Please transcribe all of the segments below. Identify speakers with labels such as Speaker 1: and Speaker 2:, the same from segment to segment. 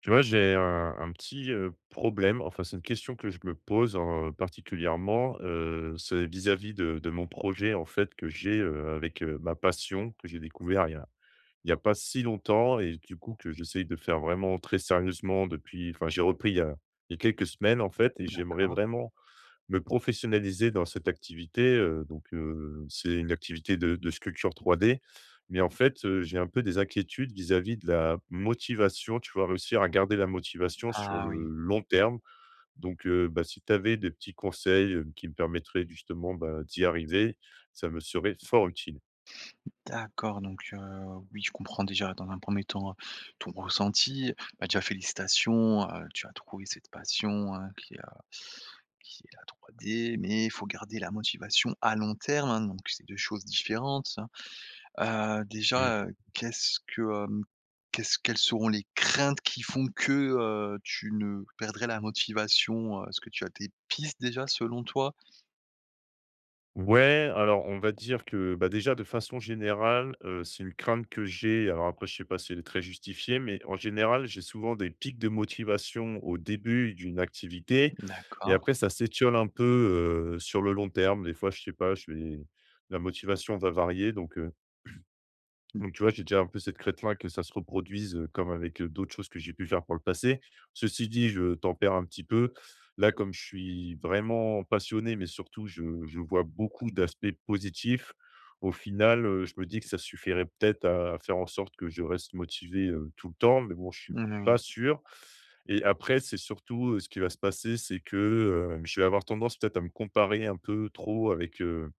Speaker 1: Tu vois, j'ai un petit problème, enfin c'est une question que je me pose particulièrement, c'est vis-à-vis de mon projet en fait que j'ai avec ma passion que j'ai découvert il y a pas si longtemps et du coup que j'essaye de faire vraiment très sérieusement depuis, enfin j'ai repris il y a quelques semaines en fait et j'aimerais
Speaker 2: D'accord.
Speaker 1: vraiment me professionnaliser dans cette activité, donc c'est une activité de sculpture 3D, mais en fait, j'ai un peu des inquiétudes vis-à-vis de la motivation, tu vois? Réussir à garder la motivation sur
Speaker 2: Ah oui,
Speaker 1: le long terme, donc bah, si tu avais des petits conseils, qui me permettraient justement, bah, d'y arriver, ça me serait fort utile.
Speaker 2: d'accord, donc heu, oui, je comprends déjà dans un premier temps, ton ressenti. Bah, déjà félicitations, tu as trouvé cette passion, hein, qui est la 3D, mais il faut garder la motivation à long terme, hein, donc c'est 2 choses différentes, hein.
Speaker 1: Mmh.
Speaker 2: Déjà, qu'est-ce quelles seront les craintes qui font que, tu ne perdrais la motivation, heu? Est-ce que tu as des pistes déjà selon toi?
Speaker 1: Ouais, alors on va dire que, bah, déjà de façon générale, c'est une crainte que j'ai. Alors après, je sais pas si elle est très justifiée, mais en général, j'ai souvent des pics de motivation au début d'une activité et
Speaker 2: D'accord.
Speaker 1: après ça s'étiole un peu, sur le long terme. Des fois, je sais pas, je vais la motivation va varier donc tu vois, j'ai déjà un peu cette crête-là que ça se reproduise, comme avec, d'autres choses que j'ai pu faire pour le passé. Ceci dit, je tempère un petit peu. Là, comme je suis vraiment passionné, mais surtout je vois beaucoup d'aspects positifs, au final, je me dis que ça suffirait peut-être à faire en sorte que je reste motivé, tout le temps, mais bon, je suis
Speaker 2: Mmh, oui,
Speaker 1: pas sûr. Et après, c'est surtout, ce qui va se passer, c'est que, je vais avoir tendance peut-être à me comparer un peu trop avec,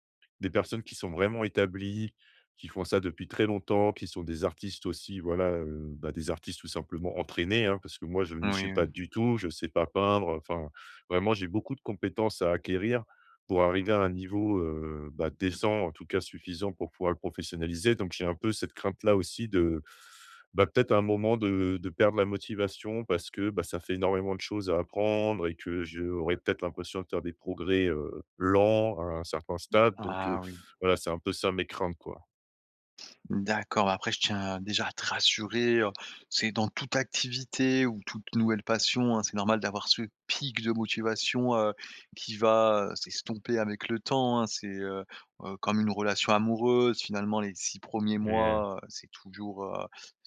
Speaker 1: des personnes qui sont vraiment établies, qui font ça depuis très longtemps, qui sont des artistes aussi, voilà, bah, des artistes tout simplement entraînés, hein, parce que moi, je ne le suis
Speaker 2: oui,
Speaker 1: pas
Speaker 2: oui.
Speaker 1: du tout, je ne sais pas peindre, enfin, vraiment, j'ai beaucoup de compétences à acquérir pour arriver à un niveau, bah, décent, en tout cas suffisant pour pouvoir le professionnaliser. Donc j'ai un peu cette crainte-là aussi de bah, peut-être un moment de perdre la motivation parce que, bah, ça fait énormément de choses à apprendre et que j'aurais peut-être l'impression de faire des progrès, lents à un certain stade donc
Speaker 2: Ah oui.
Speaker 1: voilà, c'est un peu ça mes craintes, quoi.
Speaker 2: D'accord. Bah, après, je tiens déjà à te rassurer, c'est dans toute activité ou toute nouvelle passion, hein, c'est normal d'avoir ce pic de motivation, qui va, s'estomper avec le temps, hein. Comme une relation amoureuse, finalement, les six premiers
Speaker 1: Mmh.
Speaker 2: mois, c'est toujours,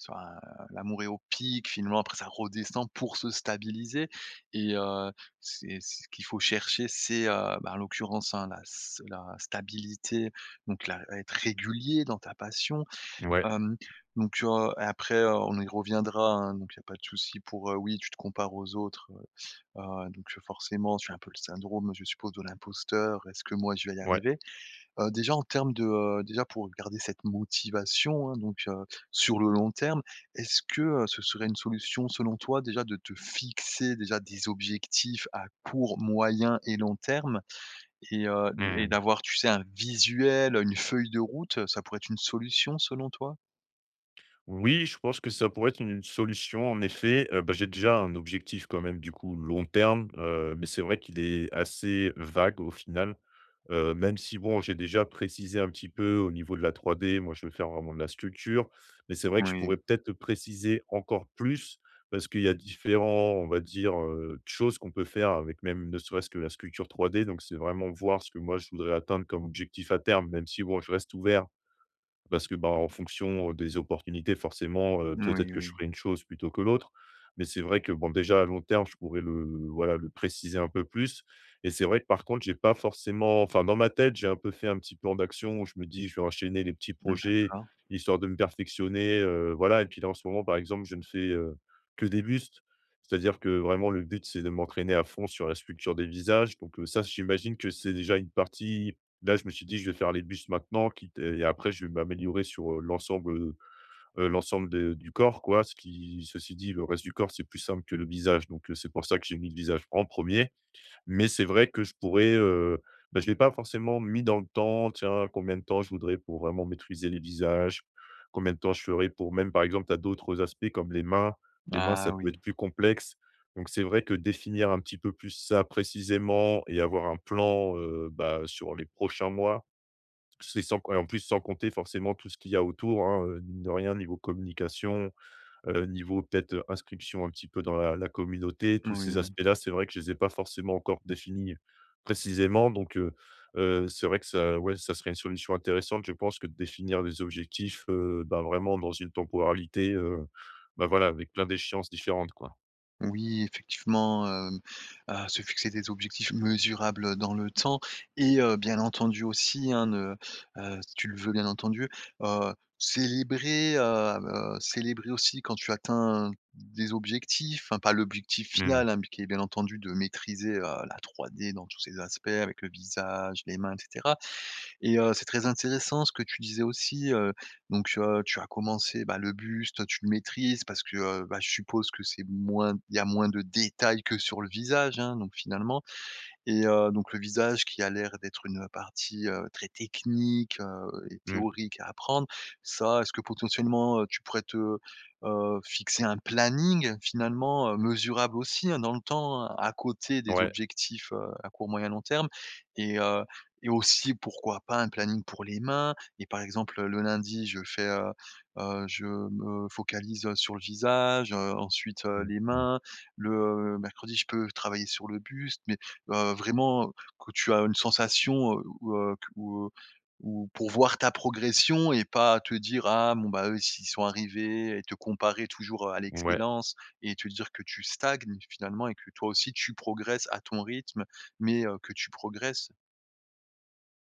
Speaker 2: enfin, l'amour est au pic, finalement, après ça redescend pour se stabiliser et c'est ce qu'il faut chercher, c'est, bah, en l'occurrence, hein, la stabilité, donc la être régulier dans ta passion.
Speaker 1: Ouais,
Speaker 2: Hem, donc Après, on y reviendra, hein, donc il y a pas de souci pour, oui, tu te compares aux autres, forcément, tu as un peu le syndrome, je suppose, de l'imposteur. Est-ce que moi, je vais y
Speaker 1: ouais.
Speaker 2: arriver? Déjà en termes de, déjà pour garder cette motivation, hein, sur le long terme, est-ce que, ce serait une solution selon toi déjà de te fixer déjà des objectifs à court, moyen et long terme et
Speaker 1: Mmh.
Speaker 2: d'avoir, tu sais, un visuel, une feuille de route, ça pourrait être une solution selon toi?
Speaker 1: Oui, je pense que ça pourrait être une solution en effet, bah, j'ai déjà un objectif quand même du coup long terme, mais c'est vrai qu'il est assez vague au final. Même si bon, j'ai déjà précisé un petit peu au niveau de la 3D, moi je veux faire vraiment de la sculpture, mais c'est vrai que je
Speaker 2: Oui,
Speaker 1: pourrais peut-être le préciser encore plus parce qu'il y a différents, on va dire, choses qu'on peut faire avec même ne serait-ce que la sculpture 3D, donc c'est vraiment voir ce que moi je voudrais atteindre comme objectif à terme, même si bon, je reste ouvert parce que, bah, en fonction des opportunités, forcément, peut-être
Speaker 2: Oui,
Speaker 1: que je
Speaker 2: oui,
Speaker 1: ferai une chose plutôt que l'autre. Mais c'est vrai que, bon, déjà à long terme, je pourrais le voilà, le préciser un peu plus et c'est vrai que par contre, j'ai pas forcément enfin, dans ma tête, j'ai un peu fait un petit plan d'action où je me dis: «Je vais enchaîner les petits
Speaker 2: mmh,
Speaker 1: projets
Speaker 2: d'accord.
Speaker 1: histoire de me perfectionner», voilà et puis là, en ce moment, par exemple, je ne fais, que des bustes. C'est-à-dire que vraiment le but, c'est de m'entraîner à fond sur la sculpture des visages donc ça, j'imagine que c'est déjà une partie. Là, je me suis dit: «Je vais faire les bustes maintenant, quitte et après je vais m'améliorer sur, l'ensemble, l'ensemble de du corps, quoi». Ce qui ceci dit, le reste du corps, c'est plus simple que le visage, donc c'est pour ça que j'ai mis le visage en premier. Mais c'est vrai que je pourrais, bah, je l'ai pas forcément mis dans le temps. Tiens, combien de temps je voudrais pour vraiment maîtriser les visages? Combien de temps je ferais pour même, par exemple, tu as d'autres aspects comme les mains. Les mains, ça
Speaker 2: Ah
Speaker 1: peut
Speaker 2: oui,
Speaker 1: être plus complexe. Donc c'est vrai que définir un petit peu plus ça précisément et avoir un plan, bah, sur les prochains mois c'est sans et en plus sans compter forcément tout ce qu'il y a autour, hein, mine de rien niveau communication, niveau peut-être, inscription un petit peu dans la communauté, tous ces
Speaker 2: oui,
Speaker 1: aspects-là, c'est vrai que je les ai pas forcément encore définis précisément donc c'est vrai que ça ouais, ça serait une solution intéressante, je pense que de définir des objectifs, bah, vraiment dans une temporalité, bah, voilà, avec plein d'échéances différentes, quoi.
Speaker 2: oui, Effectivement, se fixer des objectifs mesurables, dans le temps et bien entendu aussi, hein, ne si tu le veux, bien entendu, célébrer, célébrer aussi quand tu atteins des objectifs, enfin pas l'objectif
Speaker 1: Mmh.
Speaker 2: final, hein, mais qui est bien entendu de maîtriser, la 3D dans tous ses aspects avec le visage, les mains etc. Et c'est très intéressant ce que tu disais aussi, tu as commencé, bah, le buste, tu le maîtrises parce que, bah, je suppose que c'est moins il y a moins de détails que sur le visage, hein, donc finalement et donc le visage qui a l'air d'être une partie, très technique, et
Speaker 1: Mmh.
Speaker 2: théorique à apprendre. Ça, est-ce que potentiellement, tu pourrais te, fixer un planning finalement, mesurable aussi, hein, dans le temps, hein, à côté des
Speaker 1: Ouais.
Speaker 2: objectifs, à court, moyen, long terme et heu et aussi pourquoi pas un planning pour les mains et par exemple, le lundi je fais, je me focalise sur le visage, ensuite,
Speaker 1: Mmh
Speaker 2: les
Speaker 1: mh.
Speaker 2: mains. Le mercredi je peux travailler sur le buste, mais vraiment, que tu as une sensation, où pour voir ta progression et pas te dire: «Ah bon, bah, eux, s'ils sont arrivés» et te comparer toujours à
Speaker 1: Ouais.
Speaker 2: l'excellence et te dire que tu stagnes finalement et que toi aussi tu progresses à ton rythme, mais, que tu progresses.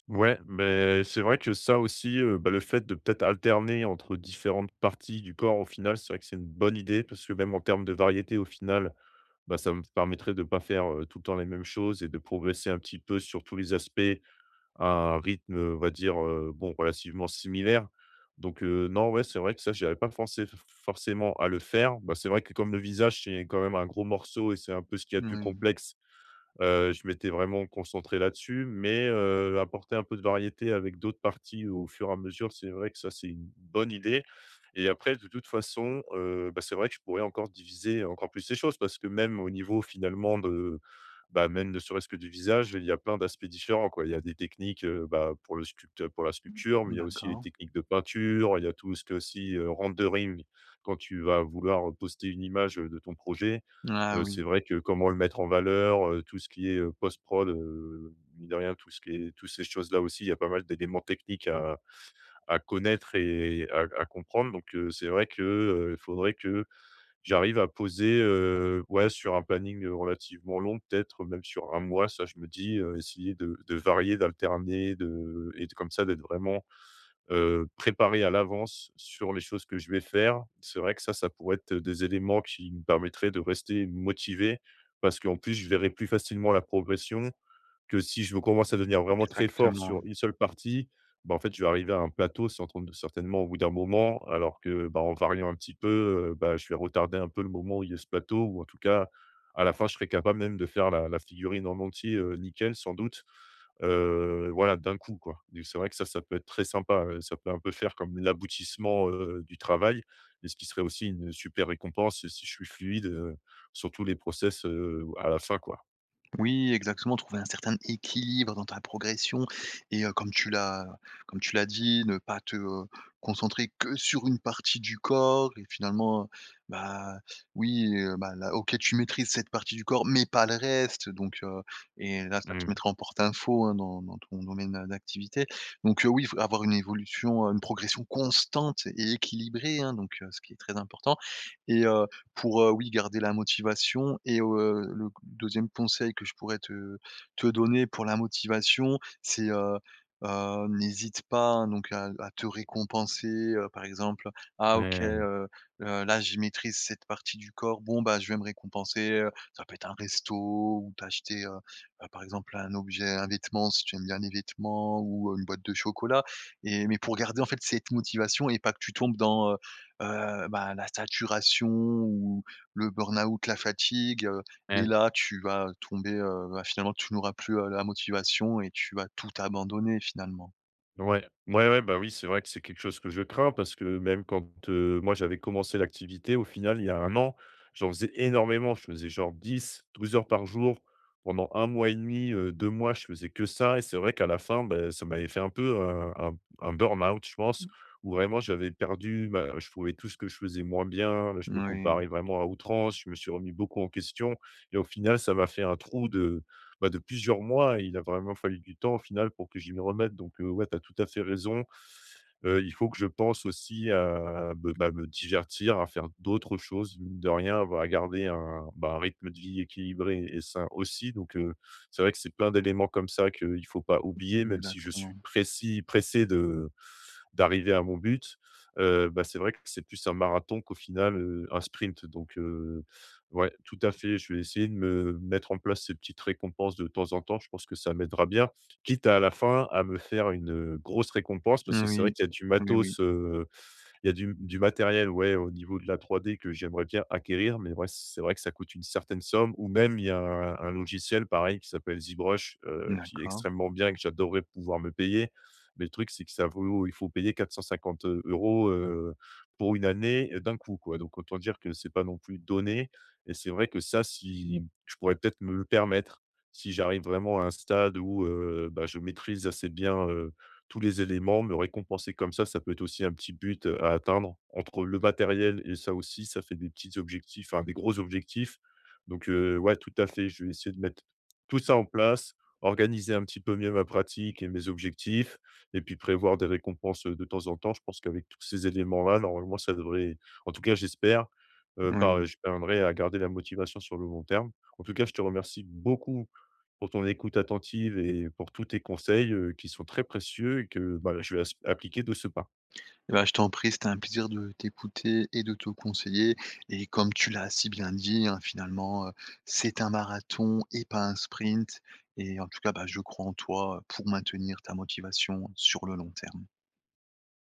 Speaker 1: Ouais, mais c'est vrai que ça aussi, bah, le fait de peut-être alterner entre différentes parties du corps, au final, c'est vrai que c'est une bonne idée parce que même en termes de variété, au final, bah, ça me permettrait de ne pas faire, tout le temps les mêmes choses et de progresser un petit peu sur tous les aspects à un rythme, on va dire, bon, relativement similaire. Donc, non, ouais, c'est vrai que ça, j'y avais pas pensé f forcément à le faire. Bah, c'est vrai que comme le visage, c'est quand même un gros morceau et c'est un peu ce qu'il y a de plus
Speaker 2: Oui
Speaker 1: complexe. Je m'étais vraiment concentré là-dessus, mais apporter un peu de variété avec d'autres parties au fur et à mesure, c'est vrai que ça, c'est une bonne idée et après de toute façon, bah, c'est vrai que je pourrais encore diviser encore plus les choses parce que même au niveau finalement de bah, même ne serait-ce que du visage, il y a plein d'aspects différents, quoi. Il y a des techniques, bah, pour le sculpte pour la sculpture, mais il y a aussi les
Speaker 2: d'accord.
Speaker 1: techniques de peinture, il y a tout ce qui est aussi, rendering quand tu vas vouloir poster une image, de ton projet.
Speaker 2: Ah oui,
Speaker 1: C'est vrai que comment le mettre en valeur, tout ce qui est, post-prod, mine de rien, tout ce qui est toutes ces choses-là aussi, il y a pas mal d'éléments techniques à connaître et à comprendre. Donc, c'est vrai que, il faudrait que j'arrive à poser, ouais, sur un planning, relativement long, peut-être même sur un mois, ça je me dis, essayer de varier, d'alterner, de et de comme ça, d'être vraiment préparer à l'avance sur les choses que je vais faire. C'est vrai que ça pourrait être des éléments qui me permettraient de rester motivé parce qu'en plus, je verrai plus facilement la progression que si je commence à devenir vraiment très fort
Speaker 2: exactement,
Speaker 1: sur
Speaker 2: ouais.
Speaker 1: une seule partie, bah, en fait, je vais arriver à un plateau certainement au bout d'un moment alors que, bah, en variant un petit peu, bah, je vais retarder un peu le moment où il y a ce plateau ou en tout cas, à la fin, je serais capable même de faire la figurine en entier, nickel sans doute. Voilà, d'un coup, quoi. Et c'est vrai que ça peut être très sympa, ça peut un peu faire comme l'aboutissement, du travail et ce qui serait aussi une super récompense si je suis fluide, sur tous les process, à la fin, quoi.
Speaker 2: Oui, exactement, trouver un certain équilibre dans ta progression et comme tu l'as dit, ne pas te, concentrer que sur une partie du corps et finalement, bah, oui, bah, là, OK, tu maîtrises cette partie du corps, mais pas le reste donc et là, ça te
Speaker 1: Mmh.
Speaker 2: mettra en porte info, hein, dans ton domaine, d'activité oui, faut avoir une évolution, une progression constante et équilibrée, hein, ce qui est très important et pour, oui, garder la motivation et le deuxième conseil que je pourrais te donner pour la motivation, n'hésite pas, hein, donc à te récompenser, par exemple: «Ah OK,
Speaker 1: Ouais,
Speaker 2: là, je maîtrise cette partie du corps, bon, bah, je vais me récompenser», ça peut être un resto ou t'acheter, par exemple, un objet, un vêtement si tu aimes bien les vêtements ou, une boîte de chocolat et mais pour garder, en fait, cette motivation et pas que tu tombes dans, bah, la saturation ou le burn-out, la fatigue, et
Speaker 1: ouais.
Speaker 2: là, tu vas tomber, bah, finalement, tu n'auras plus, la motivation et tu vas tout abandonner finalement.
Speaker 1: Ouais, ouais, ouais, bah, oui, c'est vrai que c'est quelque chose que je crains parce que même quand, moi j'avais commencé l'activité, au final, il y a un an, j'en faisais énormément. Je faisais genre 10, 12 heures par jour pendant un mois et demi, 2 mois, je faisais que ça et c'est vrai qu'à la fin, bah, ça m'avait fait un peu un burn-out, je pense, où vraiment j'avais perdu ma je trouvais tout ce que je faisais moins bien, je me
Speaker 2: Oui,
Speaker 1: comparais vraiment à outrance, je me suis remis beaucoup en question et au final, ça m'a fait un trou de bah, de plusieurs mois et il a vraiment fallu du temps au final pour que j'y m'y remette donc ouais, tu as tout à fait raison. Il faut que je pense aussi à me bah, me divertir, à faire d'autres choses, mine de rien, bah, à garder un bah, un rythme de vie équilibré et sain aussi donc c'est vrai que c'est plein d'éléments comme ça qu'il ne faut pas oublier, même si je suis
Speaker 2: exactement.
Speaker 1: précis pressé de d'arriver à mon but, bah, c'est vrai que c'est plus un marathon qu'au final, un sprint donc ouais, tout à fait, je vais essayer de me mettre en place ces petites récompenses de temps en temps. Je pense que ça m'aidera bien, quitte à la fin à me faire une, grosse récompense parce que c'est vrai
Speaker 2: Oui.
Speaker 1: qu'il y a du
Speaker 2: Oui, oui.
Speaker 1: matos, il y a du matériel, ouais, au niveau de la 3D que j'aimerais bien acquérir, mais ouais, c'est vrai que ça coûte une certaine somme ou même il y a un logiciel pareil qui s'appelle ZBrush, qui est
Speaker 2: D'accord.
Speaker 1: extrêmement bien et que j'adorerais pouvoir me payer. Mais le truc, c'est que ça vaut il faut payer 450 € pour une année, d'un coup, quoi. Donc autant dire que c'est pas non plus donné et c'est vrai que ça, si je pourrais peut-être me le permettre, si j'arrive vraiment à un stade où, bah, je maîtrise assez bien, tous les éléments, me récompenser comme ça peut être aussi un petit but, à atteindre. Entre le matériel et ça aussi, ça fait des petits objectifs, enfin des gros objectifs. Donc, ouais, tout à fait, je vais essayer de mettre tout ça en place, organiser un petit peu mieux ma pratique et mes objectifs et puis prévoir des récompenses, de temps en temps. Je pense qu'avec tous ces éléments-là, normalement, ça devrait en tout cas, j'espère,
Speaker 2: Oui.
Speaker 1: par je parviendrai à garder la motivation sur le long terme. En tout cas, je te remercie beaucoup pour ton écoute attentive et pour tous tes conseils, qui sont très précieux et que, bah, je vais as appliquer de ce pas.
Speaker 2: Eh ben je t'en prie, c'était un plaisir de t'écouter et de te conseiller et comme tu l'as si bien dit, hein, finalement, c'est un marathon et pas un sprint et en tout cas, bah, je crois en toi, pour maintenir ta motivation sur le long terme.